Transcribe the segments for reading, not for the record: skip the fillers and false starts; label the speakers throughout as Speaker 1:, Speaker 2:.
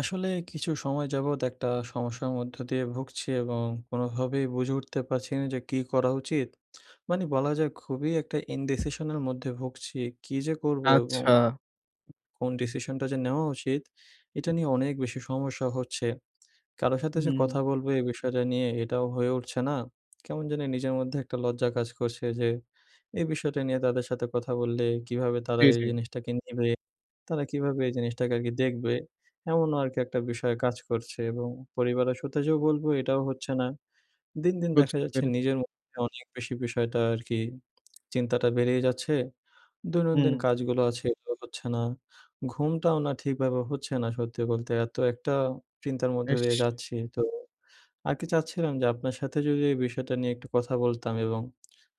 Speaker 1: আসলে কিছু সময় যাবৎ একটা সমস্যার মধ্য দিয়ে ভুগছি এবং কোনোভাবেই বুঝে উঠতে পারছি না যে কি করা উচিত। মানে বলা যায় খুবই একটা indecision এর মধ্যে ভুগছি। কি যে করব এবং
Speaker 2: আচ্ছা।
Speaker 1: কোন ডিসিশনটা যে নেওয়া উচিত এটা নিয়ে অনেক বেশি সমস্যা হচ্ছে। কারো সাথে যে
Speaker 2: হুম।
Speaker 1: কথা বলব এই বিষয়টা নিয়ে এটাও হয়ে উঠছে না। কেমন জানি নিজের মধ্যে একটা লজ্জা কাজ করছে যে এই বিষয়টা নিয়ে তাদের সাথে কথা বললে কিভাবে তারা
Speaker 2: জি,
Speaker 1: এই
Speaker 2: জি।
Speaker 1: জিনিসটাকে নিবে? তারা কিভাবে এই জিনিসটাকে আরকি দেখবে? এমনও আরকি একটা বিষয় কাজ করছে এবং পরিবারের সাথে যেও বলবো এটাও হচ্ছে না। দিন, দিন দেখা
Speaker 2: বুঝতে
Speaker 1: যাচ্ছে
Speaker 2: পেরেছি।
Speaker 1: নিজের মধ্যে অনেক বেশি বিষয়টা আরকি চিন্তাটা বেড়েই যাচ্ছে।
Speaker 2: হুম।
Speaker 1: দৈনন্দিন কাজগুলো আছে, এগুলো হচ্ছে না। ঘুমটাও না ঠিকভাবে হচ্ছে না সত্যি বলতে। এত একটা চিন্তার মধ্যে
Speaker 2: ইস!
Speaker 1: দিয়ে যাচ্ছি তো আর কি চাচ্ছিলাম যে আপনার সাথে যদি এই বিষয়টা নিয়ে একটু কথা বলতাম, এবং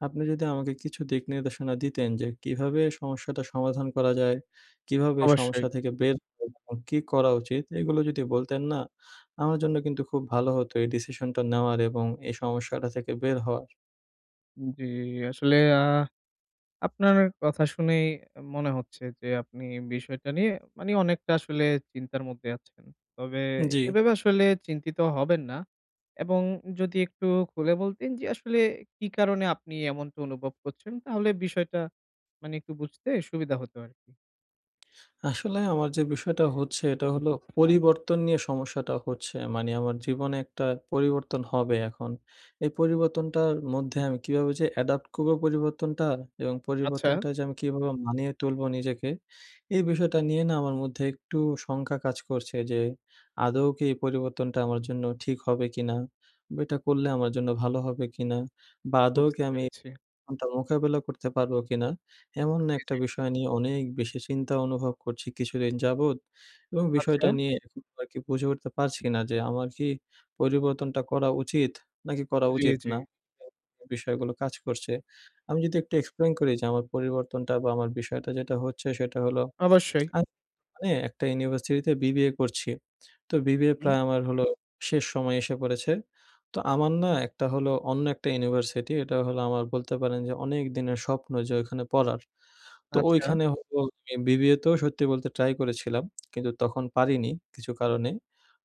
Speaker 1: আপনি যদি আমাকে কিছু দিক নির্দেশনা দিতেন যে কিভাবে সমস্যাটা সমাধান করা যায়, কিভাবে এই
Speaker 2: অবশ্যই।
Speaker 1: সমস্যা থেকে বের হওয়া যায় এবং কি করা উচিত, এগুলো যদি বলতেন না, আমার জন্য কিন্তু খুব ভালো হতো এই ডিসিশনটা নেওয়ার এবং এই সমস্যাটা থেকে বের হওয়ার।
Speaker 2: জি, আসলে আপনার কথা শুনেই মনে হচ্ছে যে আপনি বিষয়টা নিয়ে মানে অনেকটা আসলে চিন্তার মধ্যে আছেন। তবে
Speaker 1: জি।
Speaker 2: এভাবে আসলে চিন্তিত হবেন না। এবং যদি একটু খুলে বলতেন যে আসলে কি কারণে আপনি এমনটা অনুভব করছেন তাহলে বিষয়টা মানে একটু বুঝতে সুবিধা হতো আরকি।
Speaker 1: আসলে আমার যে বিষয়টা হচ্ছে এটা হলো পরিবর্তন নিয়ে সমস্যাটা হচ্ছে। মানে আমার জীবনে একটা পরিবর্তন হবে এখন। এই পরিবর্তনটার মধ্যে আমি কিভাবে যে অ্যাডাপ্ট করব পরিবর্তনটা এবং
Speaker 2: আচ্ছা,
Speaker 1: পরিবর্তনটা যে আমি কিভাবে মানিয়ে তুলবো নিজেকে, এই বিষয়টা নিয়ে না আমার মধ্যে একটু শঙ্কা কাজ করছে যে আদৌ কি এই পরিবর্তনটা আমার জন্য ঠিক হবে কিনা? বা এটা করলে আমার জন্য ভালো হবে কিনা? বা আদৌ কি
Speaker 2: বুঝতে
Speaker 1: আমি
Speaker 2: পেরেছি।
Speaker 1: কোনটা মোকাবেলা করতে পারবো কিনা, এমন
Speaker 2: জি,
Speaker 1: একটা
Speaker 2: জি।
Speaker 1: বিষয় নিয়ে অনেক বেশি চিন্তা অনুভব করছি কিছুদিন যাবৎ, এবং বিষয়টা
Speaker 2: আচ্ছা।
Speaker 1: নিয়ে এখন আরকি বুঝে উঠতে পারছি না যে আমার কি পরিবর্তনটা করা উচিত নাকি করা
Speaker 2: জি,
Speaker 1: উচিত
Speaker 2: জি।
Speaker 1: না? এই বিষয়গুলো কাজ করছে। আমি যদি একটু explain করি যে আমার পরিবর্তনটা বা আমার বিষয়টা যেটা হচ্ছে সেটা হলো,
Speaker 2: অবশ্যই।
Speaker 1: আমি একটা ইউনিভার্সিটিতে বিবিএ করছি। তো বিবিএ প্রায় আমার হলো শেষ সময় এসে পড়েছে। তো আমার না একটা হলো অন্য একটা ইউনিভার্সিটি। এটা হলো আমার বলতে পারেন যে অনেক দিনের স্বপ্ন যে ওইখানে পড়ার। তো
Speaker 2: আচ্ছা।
Speaker 1: ওইখানে হলো, আমি বিবিএ তেও সত্যি বলতে ট্রাই করেছিলাম। কিন্তু তখন পারিনি কিছু কারণে।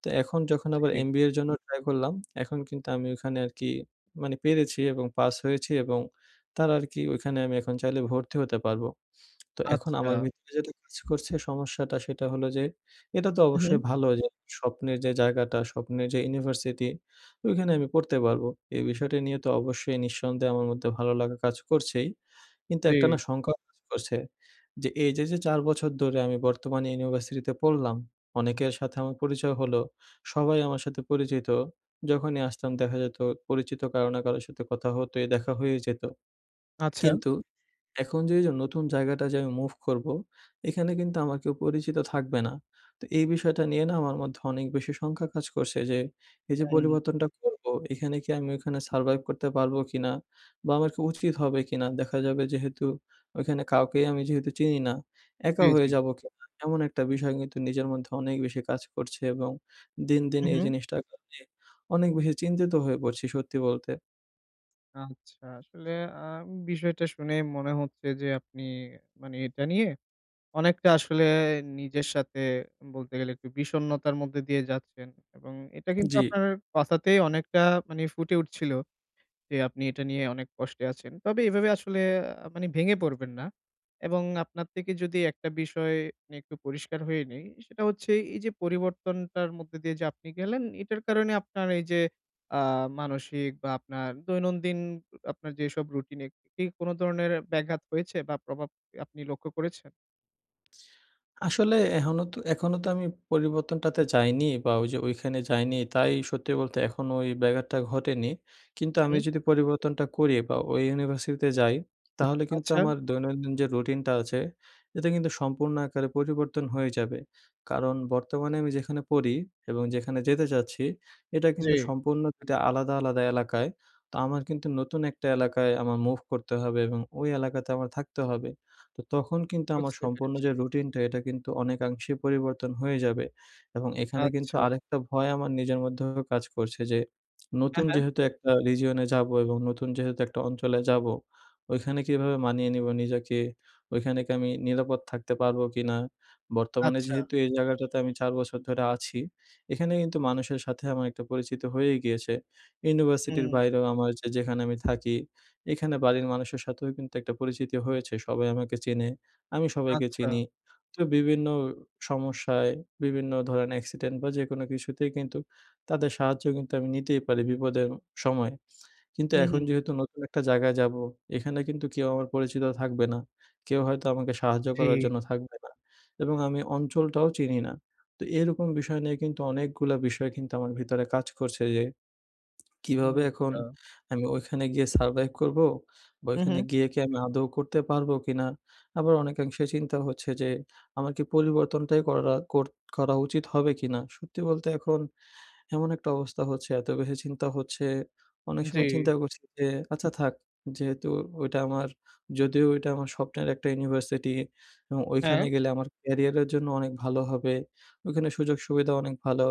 Speaker 1: তো এখন যখন আবার
Speaker 2: জি,
Speaker 1: এমবিএ এর জন্য ট্রাই করলাম, এখন কিন্তু আমি ওইখানে আরকি মানে পেরেছি এবং পাস হয়েছি, এবং তারা আরকি ওইখানে আমি এখন চাইলে ভর্তি হতে পারবো। তো এখন
Speaker 2: আচ্ছা।
Speaker 1: আমার ভিতরে যেটা কাজ করছে সমস্যাটা সেটা হলো যে, এটা তো
Speaker 2: হু, হু।
Speaker 1: অবশ্যই ভালো যে স্বপ্নের যে জায়গাটা, স্বপ্নের যে ইউনিভার্সিটি, ওইখানে আমি পড়তে পারবো। এই বিষয়টা নিয়ে তো অবশ্যই নিঃসন্দেহে আমার মধ্যে ভালো লাগা কাজ করছেই। কিন্তু
Speaker 2: জি।
Speaker 1: একটা না শঙ্কা কাজ করছে যে এই যে ৪ বছর ধরে আমি বর্তমানে ইউনিভার্সিটিতে পড়লাম, অনেকের সাথে আমার পরিচয় হলো, সবাই আমার সাথে পরিচিত। যখনই আসতাম দেখা যেত পরিচিত কারো না কারো সাথে কথা হতোই, দেখা হয়ে যেত।
Speaker 2: আচ্ছা।
Speaker 1: কিন্তু এখন যে এইযে নতুন জায়গাটা যে আমি মুভ করব, এখানে কিন্তু আমার কেউ পরিচিত থাকবে না। তো এই বিষয়টা নিয়ে না আমার মধ্যে অনেক বেশি শঙ্কা কাজ করছে যে, এই যে
Speaker 2: হুম,
Speaker 1: পরিবর্তনটা করব, এখানে কি আমি ওইখানে সারভাইভ করতে পারবো কিনা? বা আমার কি উচিত হবে কিনা? দেখা যাবে যেহেতু ওইখানে কাউকেই আমি যেহেতু চিনি না, একা
Speaker 2: জি, জি।
Speaker 1: হয়ে যাবো কিনা? এমন একটা বিষয় কিন্তু নিজের মধ্যে অনেক বেশি কাজ করছে, এবং দিন, দিন
Speaker 2: হু,
Speaker 1: এই
Speaker 2: হু।
Speaker 1: জিনিসটার কারণে অনেক বেশি চিন্তিত হয়ে পড়ছি সত্যি বলতে।
Speaker 2: আচ্ছা। আসলে আ বিষয়টা শুনে মনে হচ্ছে যে আপনি মানে এটা নিয়ে অনেকটা আসলে নিজের সাথে বলতে গেলে একটু বিষণ্ণতার মধ্যে দিয়ে যাচ্ছেন এবং এটা কিন্তু
Speaker 1: জি।
Speaker 2: আপনার কথাতেই অনেকটা মানে ফুটে উঠছিল। যে আপনি এটা নিয়ে অনেক কষ্টে আছেন। তবে এভাবে আসলে মানে ভেঙে পড়বেন না। এবং আপনার থেকে যদি একটা বিষয় নিয়ে একটু পরিষ্কার হয়ে নেই, সেটা হচ্ছে এই যে পরিবর্তনটার মধ্যে দিয়ে যে আপনি গেলেন, এটার কারণে আপনার এই যে আ মানসিক বা আপনার দৈনন্দিন আপনার যেসব রুটিনে কি কোন ধরনের ব্যাঘাত হয়েছে বা প্রভাব আপনি লক্ষ্য করেছেন?
Speaker 1: আসলে এখনো তো আমি পরিবর্তনটাতে যাইনি বা ওই যে ওইখানে যাইনি। তাই সত্যি বলতে এখনো ওই ব্যাঘাতটা ঘটেনি। কিন্তু আমি
Speaker 2: হুম।
Speaker 1: যদি পরিবর্তনটা করি বা ওই ইউনিভার্সিটিতে যাই, তাহলে কিন্তু
Speaker 2: আচ্ছা,
Speaker 1: আমার দৈনন্দিন যে রুটিনটা আছে, এটা কিন্তু সম্পূর্ণ আকারে পরিবর্তন হয়ে যাবে। কারণ বর্তমানে আমি যেখানে পড়ি এবং যেখানে যেতে চাচ্ছি, এটা
Speaker 2: জি,
Speaker 1: কিন্তু সম্পূর্ণ ২ টা আলাদা, আলাদা এলাকায়। তো আমার কিন্তু নতুন একটা এলাকায় আমার মুভ করতে হবে এবং ওই এলাকাতে আমার থাকতে হবে। তো তখন কিন্তু আমার
Speaker 2: বুঝতে
Speaker 1: সম্পূর্ণ
Speaker 2: পেরেছি।
Speaker 1: যে রুটিনটা, এটা কিন্তু অনেকাংশেই পরিবর্তন হয়ে যাবে, এবং এখানে কিন্তু
Speaker 2: আচ্ছা,
Speaker 1: আরেকটা ভয় আমার নিজের মধ্যেও কাজ করছে যে নতুন
Speaker 2: হ্যাঁ, হ্যাঁ,
Speaker 1: যেহেতু একটা রিজিয়নে যাব এবং নতুন যেহেতু একটা অঞ্চলে যাব, ওইখানে কিভাবে মানিয়ে নিব নিজেকে, ওইখানে কি আমি নিরাপদ থাকতে পারবো কিনা। বর্তমানে
Speaker 2: আচ্ছা,
Speaker 1: যেহেতু এই জায়গাটাতে আমি ৪ বছর ধরে আছি, এখানে কিন্তু মানুষের সাথে আমার একটা পরিচিত হয়ে গিয়েছে। ইউনিভার্সিটির
Speaker 2: হুম,
Speaker 1: বাইরেও আমার যে যেখানে আমি থাকি, এখানে বাড়ির মানুষের সাথেও কিন্তু একটা পরিচিতি হয়েছে। সবাই আমাকে চেনে, আমি সবাইকে
Speaker 2: আচ্ছা,
Speaker 1: চিনি। তো বিভিন্ন সমস্যায়, বিভিন্ন ধরেন অ্যাক্সিডেন্ট বা যেকোনো কিছুতেই কিন্তু তাদের সাহায্য কিন্তু আমি নিতেই পারি বিপদের সময়। কিন্তু
Speaker 2: হুম,
Speaker 1: এখন
Speaker 2: হুম,
Speaker 1: যেহেতু নতুন একটা জায়গায় যাব, এখানে কিন্তু কেউ আমার পরিচিত থাকবে না। কেউ হয়তো আমাকে সাহায্য
Speaker 2: জি,
Speaker 1: করার জন্য থাকবে না, এবং আমি অঞ্চলটাও চিনি না। তো এরকম বিষয় নিয়ে কিন্তু অনেকগুলা বিষয় কিন্তু আমার ভিতরে কাজ করছে যে
Speaker 2: হুম,
Speaker 1: কিভাবে এখন
Speaker 2: আচ্ছা,
Speaker 1: আমি ওইখানে গিয়ে সারভাইভ করব? বা
Speaker 2: হুম,
Speaker 1: ওইখানে
Speaker 2: হুম,
Speaker 1: গিয়ে কি আমি আদৌ করতে পারবো কিনা? আবার অনেকাংশে চিন্তা হচ্ছে যে আমার কি পরিবর্তনটাই করা করা উচিত হবে কিনা? সত্যি বলতে এখন এমন একটা অবস্থা হচ্ছে, এত বেশি চিন্তা হচ্ছে। অনেক
Speaker 2: জি।
Speaker 1: সময় চিন্তা করছি যে, "আচ্ছা থাক, যেহেতু ওইটা আমার, যদিও ওইটা আমার স্বপ্নের একটা ইউনিভার্সিটি এবং
Speaker 2: হ্যাঁ,
Speaker 1: ওইখানে গেলে আমার ক্যারিয়ারের জন্য অনেক ভালো হবে। ওইখানে সুযোগ-সুবিধা অনেক ভালো।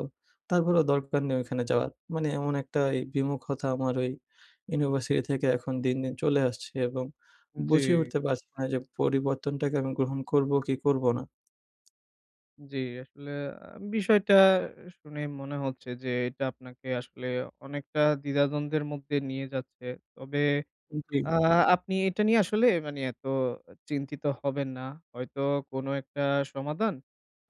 Speaker 1: তারপরেও দরকার নেই ওইখানে যাওয়ার।" মানে এমন একটা এই বিমুখতা আমার ওই ইউনিভার্সিটি থেকে এখন দিন, দিন চলে আসছে, এবং
Speaker 2: জি,
Speaker 1: বুঝে উঠতে পারছি না যে পরিবর্তনটাকে আমি গ্রহণ করব কি করব না।
Speaker 2: জি। আসলে আ বিষয়টা শুনে মনে হচ্ছে যে এটা আপনাকে আসলে অনেকটা দ্বিধাদ্বন্দ্বের মধ্যে নিয়ে যাচ্ছে। তবে
Speaker 1: জি,
Speaker 2: আ আপনি এটা নিয়ে আসলে মানে এত চিন্তিত হবেন না। হয়তো কোনো একটা সমাধান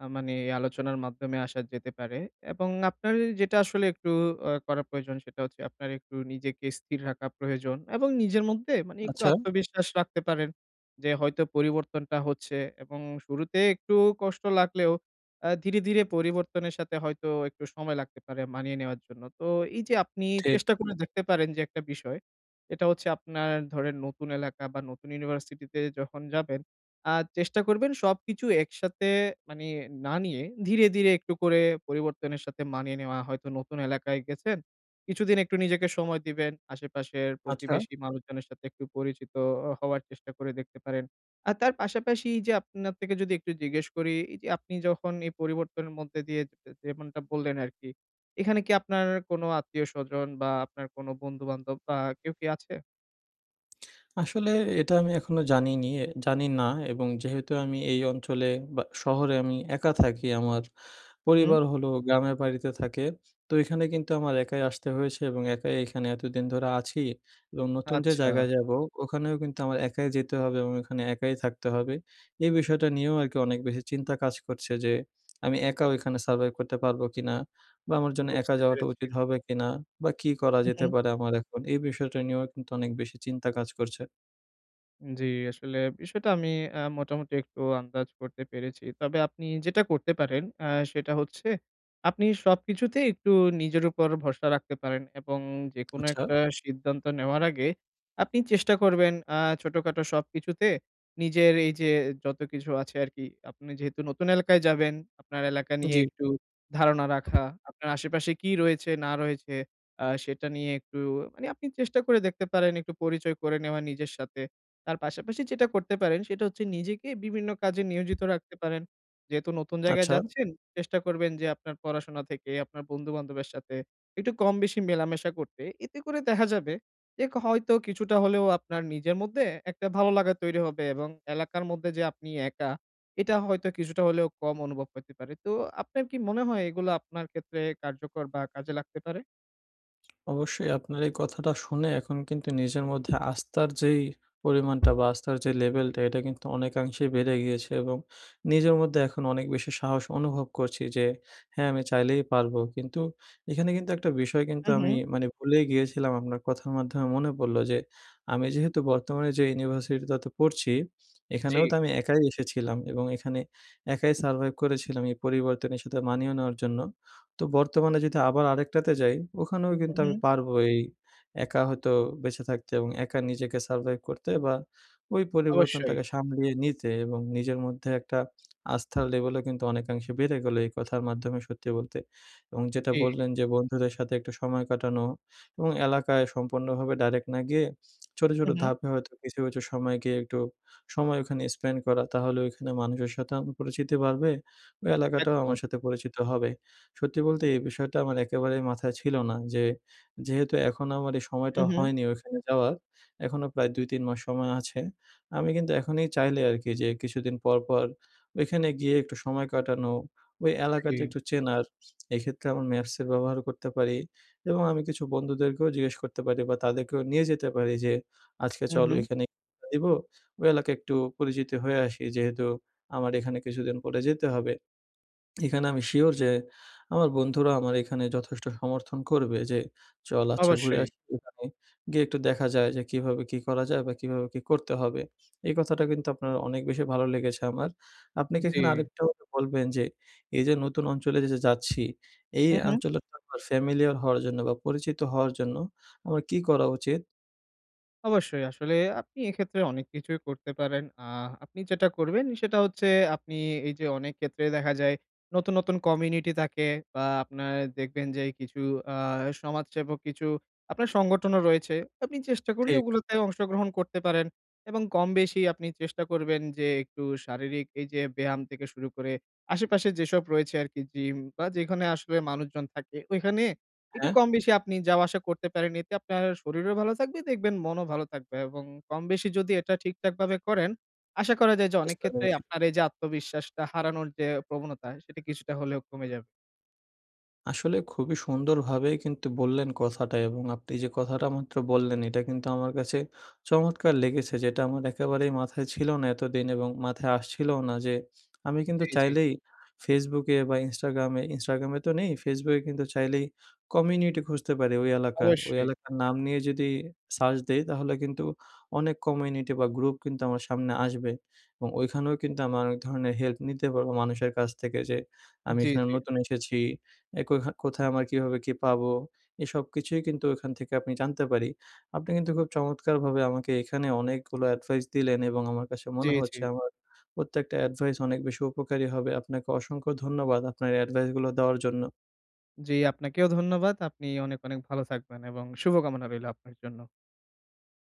Speaker 2: মানে এই আলোচনার মাধ্যমে আসা যেতে পারে এবং আপনার যেটা আসলে একটু করা প্রয়োজন সেটা হচ্ছে আপনার একটু নিজেকে স্থির রাখা প্রয়োজন এবং নিজের মধ্যে মানে একটু
Speaker 1: আচ্ছা,
Speaker 2: আত্মবিশ্বাস রাখতে পারেন যে হয়তো পরিবর্তনটা হচ্ছে এবং শুরুতে একটু কষ্ট লাগলেও ধীরে, ধীরে পরিবর্তনের সাথে হয়তো একটু সময় লাগতে পারে মানিয়ে নেওয়ার জন্য। তো এই যে আপনি
Speaker 1: ঠিক।
Speaker 2: চেষ্টা করে দেখতে পারেন যে একটা বিষয় এটা হচ্ছে আপনার ধরেন নতুন এলাকা বা নতুন ইউনিভার্সিটিতে যখন যাবেন, আ চেষ্টা করবেন সবকিছু একসাথে মানে না নিয়ে ধীরে, ধীরে একটু করে পরিবর্তনের সাথে মানিয়ে নেওয়া। হয়তো নতুন এলাকায় গেছেন, কিছুদিন একটু নিজেকে সময় দিবেন। আশেপাশের
Speaker 1: আচ্ছা।
Speaker 2: প্রতিবেশী মানুষজনের সাথে একটু পরিচিত হওয়ার চেষ্টা করে দেখতে পারেন। আর তার পাশাপাশি এই যে আপনার থেকে যদি একটু জিজ্ঞেস করি, এই যে আপনি যখন এই পরিবর্তনের মধ্যে দিয়ে যে যেমনটা বললেন আরকি এখানে কি আপনার কোনো আত্মীয়স্বজন বা আপনার কোনো বন্ধু-বান্ধব বা কেউ কি আছে?
Speaker 1: আসলে এটা আমি এখনো জানিনি, জানি না, এবং যেহেতু আমি এই অঞ্চলে বা শহরে আমি একা থাকি, আমার
Speaker 2: হুম।
Speaker 1: পরিবার হলো গ্রামের বাড়িতে থাকে। তো এখানে কিন্তু আমার একাই আসতে হয়েছে এবং একাই এখানে এতদিন ধরে আছি, এবং নতুন যে
Speaker 2: আচ্ছা,
Speaker 1: জায়গায় যাবো, ওখানেও কিন্তু আমার একাই যেতে হবে এবং ওখানে একাই থাকতে হবে। এই বিষয়টা নিয়েও আরকি অনেক বেশি চিন্তা কাজ করছে যে, আমি একা ওইখানে সার্ভাইভ করতে পারবো কিনা? বা আমার জন্য একা
Speaker 2: বুঝতে
Speaker 1: যাওয়াটা
Speaker 2: পেরেছি।
Speaker 1: উচিত হবে কিনা? বা কি করা যেতে পারে আমার এখন? এই বিষয়টা নিয়েও কিন্তু অনেক বেশি চিন্তা কাজ করছে।
Speaker 2: জি, আসলে বিষয়টা আমি মোটামুটি একটু আন্দাজ করতে পেরেছি। তবে আপনি যেটা করতে পারেন সেটা হচ্ছে আপনি সবকিছুতেই একটু নিজের উপর ভরসা রাখতে পারেন এবং যেকোনো
Speaker 1: আচ্ছা,
Speaker 2: একটা সিদ্ধান্ত নেওয়ার আগে আপনি চেষ্টা করবেন ছোটখাটো সবকিছুতে নিজের এই যে যত কিছু আছে আরকি, আপনি যেহেতু নতুন এলাকায় যাবেন, আপনার এলাকা নিয়ে
Speaker 1: জি।
Speaker 2: একটু ধারণা রাখা, আপনার আশেপাশে কি রয়েছে না রয়েছে সেটা নিয়ে একটু মানে আপনি চেষ্টা করে দেখতে পারেন, একটু পরিচয় করে নেওয়া নিজের সাথে। তার পাশাপাশি যেটা করতে পারেন সেটা হচ্ছে নিজেকে বিভিন্ন কাজে নিয়োজিত রাখতে পারেন। যেহেতু নতুন জায়গায়
Speaker 1: আচ্ছা,
Speaker 2: যাচ্ছেন, চেষ্টা করবেন যে আপনার পড়াশোনা থেকে আপনার বন্ধু-বান্ধবের সাথে একটু কম বেশি মেলামেশা করতে। এতে করে দেখা যাবে যে হয়তো কিছুটা হলেও আপনার নিজের মধ্যে একটা ভালো লাগা তৈরি হবে এবং এলাকার মধ্যে যে আপনি একা, এটা হয়তো কিছুটা হলেও কম অনুভব হতে পারে। তো আপনার কি মনে হয় এগুলো আপনার ক্ষেত্রে কার্যকর বা কাজে লাগতে পারে?
Speaker 1: অবশ্যই আপনার এই কথাটা শুনে এখন কিন্তু নিজের মধ্যে আস্থার যেই পরিমাণটা বা আস্থার যে লেভেলটা, এটা কিন্তু অনেকাংশেই বেড়ে গিয়েছে, এবং নিজের মধ্যে এখন অনেক বেশি সাহস অনুভব করছি যে হ্যাঁ, আমি চাইলেই পারবো। কিন্তু এখানে কিন্তু একটা বিষয় কিন্তু
Speaker 2: হু, হু।
Speaker 1: আমি মানে ভুলেই গিয়েছিলাম, আপনার কথার মাধ্যমে মনে পড়ল যে আমি যেহেতু বর্তমানে যে ইউনিভার্সিটিটাতে পড়ছি,
Speaker 2: জি।
Speaker 1: এখানেও তো আমি একাই এসেছিলাম এবং এখানে একাই সারভাইভ করেছিলাম এই পরিবর্তনের সাথে মানিয়ে নেওয়ার জন্য। তো বর্তমানে যদি আবার আরেকটাতে যাই, ওখানেও
Speaker 2: হু,
Speaker 1: কিন্তু
Speaker 2: হু।
Speaker 1: আমি পারবো এই একা হয়তো বেঁচে থাকতে এবং একা নিজেকে সারভাইভ করতে বা ওই
Speaker 2: অবশ্যই।
Speaker 1: পরিবর্তনটাকে সামলিয়ে নিতে, এবং নিজের মধ্যে একটা আস্থার লেভেলও কিন্তু অনেকাংশে বেড়ে গেল এই কথার মাধ্যমে সত্যি বলতে। এবং যেটা
Speaker 2: জি।
Speaker 1: বললেন যে বন্ধুদের সাথে একটু সময় কাটানো এবং এলাকায় সম্পূর্ণভাবে ডাইরেক্ট না গিয়ে ছোট, ছোট
Speaker 2: হু, হু।
Speaker 1: ধাপে হয়তো কিছু, কিছু সময় গিয়ে একটু সময় ওখানে স্পেন্ড করা। তাহলে ওইখানে মানুষের সাথে আমার পরিচিতি বাড়বে, ওই এলাকাটাও আমার
Speaker 2: একদম।
Speaker 1: সাথে পরিচিত হবে। সত্যি বলতে এই বিষয়টা আমার একেবারেই মাথায় ছিল না যে, যেহেতু এখন আমার এই সময়টা
Speaker 2: হু, হু।
Speaker 1: হয়নি ওইখানে যাওয়ার। এখনো প্রায় ২-৩ মাস সময় আছে। আমি কিন্তু এখনই চাইলে আরকি যে কিছুদিন পর, পর ওইখানে গিয়ে একটু সময় কাটানো, ওই
Speaker 2: জি।
Speaker 1: এলাকাটা একটু চেনার। এক্ষেত্রে আমার ম্যাপস এর ব্যবহার করতে পারি, এবং আমি কিছু বন্ধুদেরকেও জিজ্ঞেস করতে পারি বা তাদেরকেও নিয়ে যেতে পারি যে, "আজকে
Speaker 2: হুম,
Speaker 1: চল
Speaker 2: হুম।
Speaker 1: ওইখানে দিব। ওই এলাকায় একটু পরিচিত হয়ে আসি।" যেহেতু আমার এখানে কিছুদিন পরে যেতে হবে। এখানে আমি সিউর যে আমার বন্ধুরা আমার এখানে যথেষ্ট সমর্থন করবে যে, "চল আচ্ছা ঘুরে
Speaker 2: অবশ্যই।
Speaker 1: আসি ওখানে।" গিয়ে একটু দেখা যায় যে কিভাবে কি করা যায় বা কিভাবে কি করতে হবে। এই কথাটা কিন্তু আপনার অনেক বেশি ভালো লেগেছে আমার। আপনি কি
Speaker 2: জি।
Speaker 1: এখানে আরেকটা কথা বলবেন যে, এই যে নতুন অঞ্চলে যে যাচ্ছি, এই
Speaker 2: হুম, হুম।
Speaker 1: অঞ্চলের তো আমার ফ্যামিলিয়ার হওয়ার জন্য বা পরিচিত হওয়ার জন্য আমার কি করা উচিত?
Speaker 2: অবশ্যই। আসলে আপনি এক্ষেত্রে অনেক কিছুই করতে পারেন। আপনি যেটা করবেন সেটা হচ্ছে আপনি এই যে অনেক ক্ষেত্রে দেখা যায় নতুন, নতুন কমিউনিটি থাকে বা আপনার দেখবেন যে কিছু আ সমাজসেবক কিছু আপনার সংগঠনও রয়েছে। আপনি চেষ্টা করলে
Speaker 1: ঠিক,
Speaker 2: ওগুলোতে অংশগ্রহণ করতে পারেন এবং কম বেশি আপনি চেষ্টা করবেন যে একটু শারীরিক এই যে ব্যায়াম থেকে শুরু করে আশেপাশে যেসব রয়েছে আরকি জিম বা যেখানে আসলে মানুষজন থাকে ওইখানে একটু
Speaker 1: হ্যাঁ,
Speaker 2: কম বেশি আপনি যাওয়া আসা করতে পারেন। এতে আপনার শরীরও ভালো থাকবে, দেখবেন মনও ভালো থাকবে এবং কম বেশি যদি এটা ঠিকঠাকভাবে করেন, আশা করা যায় যে অনেক
Speaker 1: বুঝতে
Speaker 2: ক্ষেত্রে
Speaker 1: পেরেছি।
Speaker 2: আপনার এই যে আত্মবিশ্বাসটা হারানোর যে প্রবণতা, সেটা কিছুটা হলেও কমে যাবে।
Speaker 1: আসলে খুবই সুন্দরভাবেই কিন্তু বললেন কথাটা, এবং আপনি যে কথাটা মাত্র বললেন এটা কিন্তু আমার কাছে চমৎকার লেগেছে, যেটা আমার একেবারেই মাথায় ছিল না এতদিন এবং মাথায় আসছিল না যে আমি কিন্তু
Speaker 2: জি, জি।
Speaker 1: চাইলেই ফেসবুকে বা ইনস্টাগ্রামে ইনস্টাগ্রামে তো নেই, ফেসবুকে কিন্তু চাইলেই কমিউনিটি খুঁজতে পারি ওই এলাকার
Speaker 2: অবশ্যই।
Speaker 1: নাম নিয়ে যদি সার্চ দেই, তাহলে কিন্তু অনেক কমিউনিটি বা গ্রুপ কিন্তু আমার সামনে আসবে, এবং ওইখানেও কিন্তু আমি অনেক ধরনের হেল্প নিতে পারবো মানুষের কাছ থেকে যে আমি
Speaker 2: জি,
Speaker 1: এখানে
Speaker 2: জি।
Speaker 1: নতুন এসেছি, এ কোথায় আমার কিভাবে কি পাবো? এই সবকিছুই কিন্তু ওখান থেকে আপনি জানতে পারি। আপনি কিন্তু খুব চমৎকারভাবে আমাকে এখানে অনেকগুলো অ্যাডভাইস দিলেন, এবং আমার কাছে
Speaker 2: জি,
Speaker 1: মনে
Speaker 2: জি।
Speaker 1: হচ্ছে আমার প্রত্যেকটা অ্যাডভাইস অনেক বেশি উপকারী হবে। আপনাকে অসংখ্য ধন্যবাদ আপনার অ্যাডভাইসগুলো দেওয়ার জন্য।
Speaker 2: জি, আপনাকেও ধন্যবাদ। আপনি অনেক, অনেক ভালো থাকবেন এবং শুভকামনা রইল আপনার জন্য।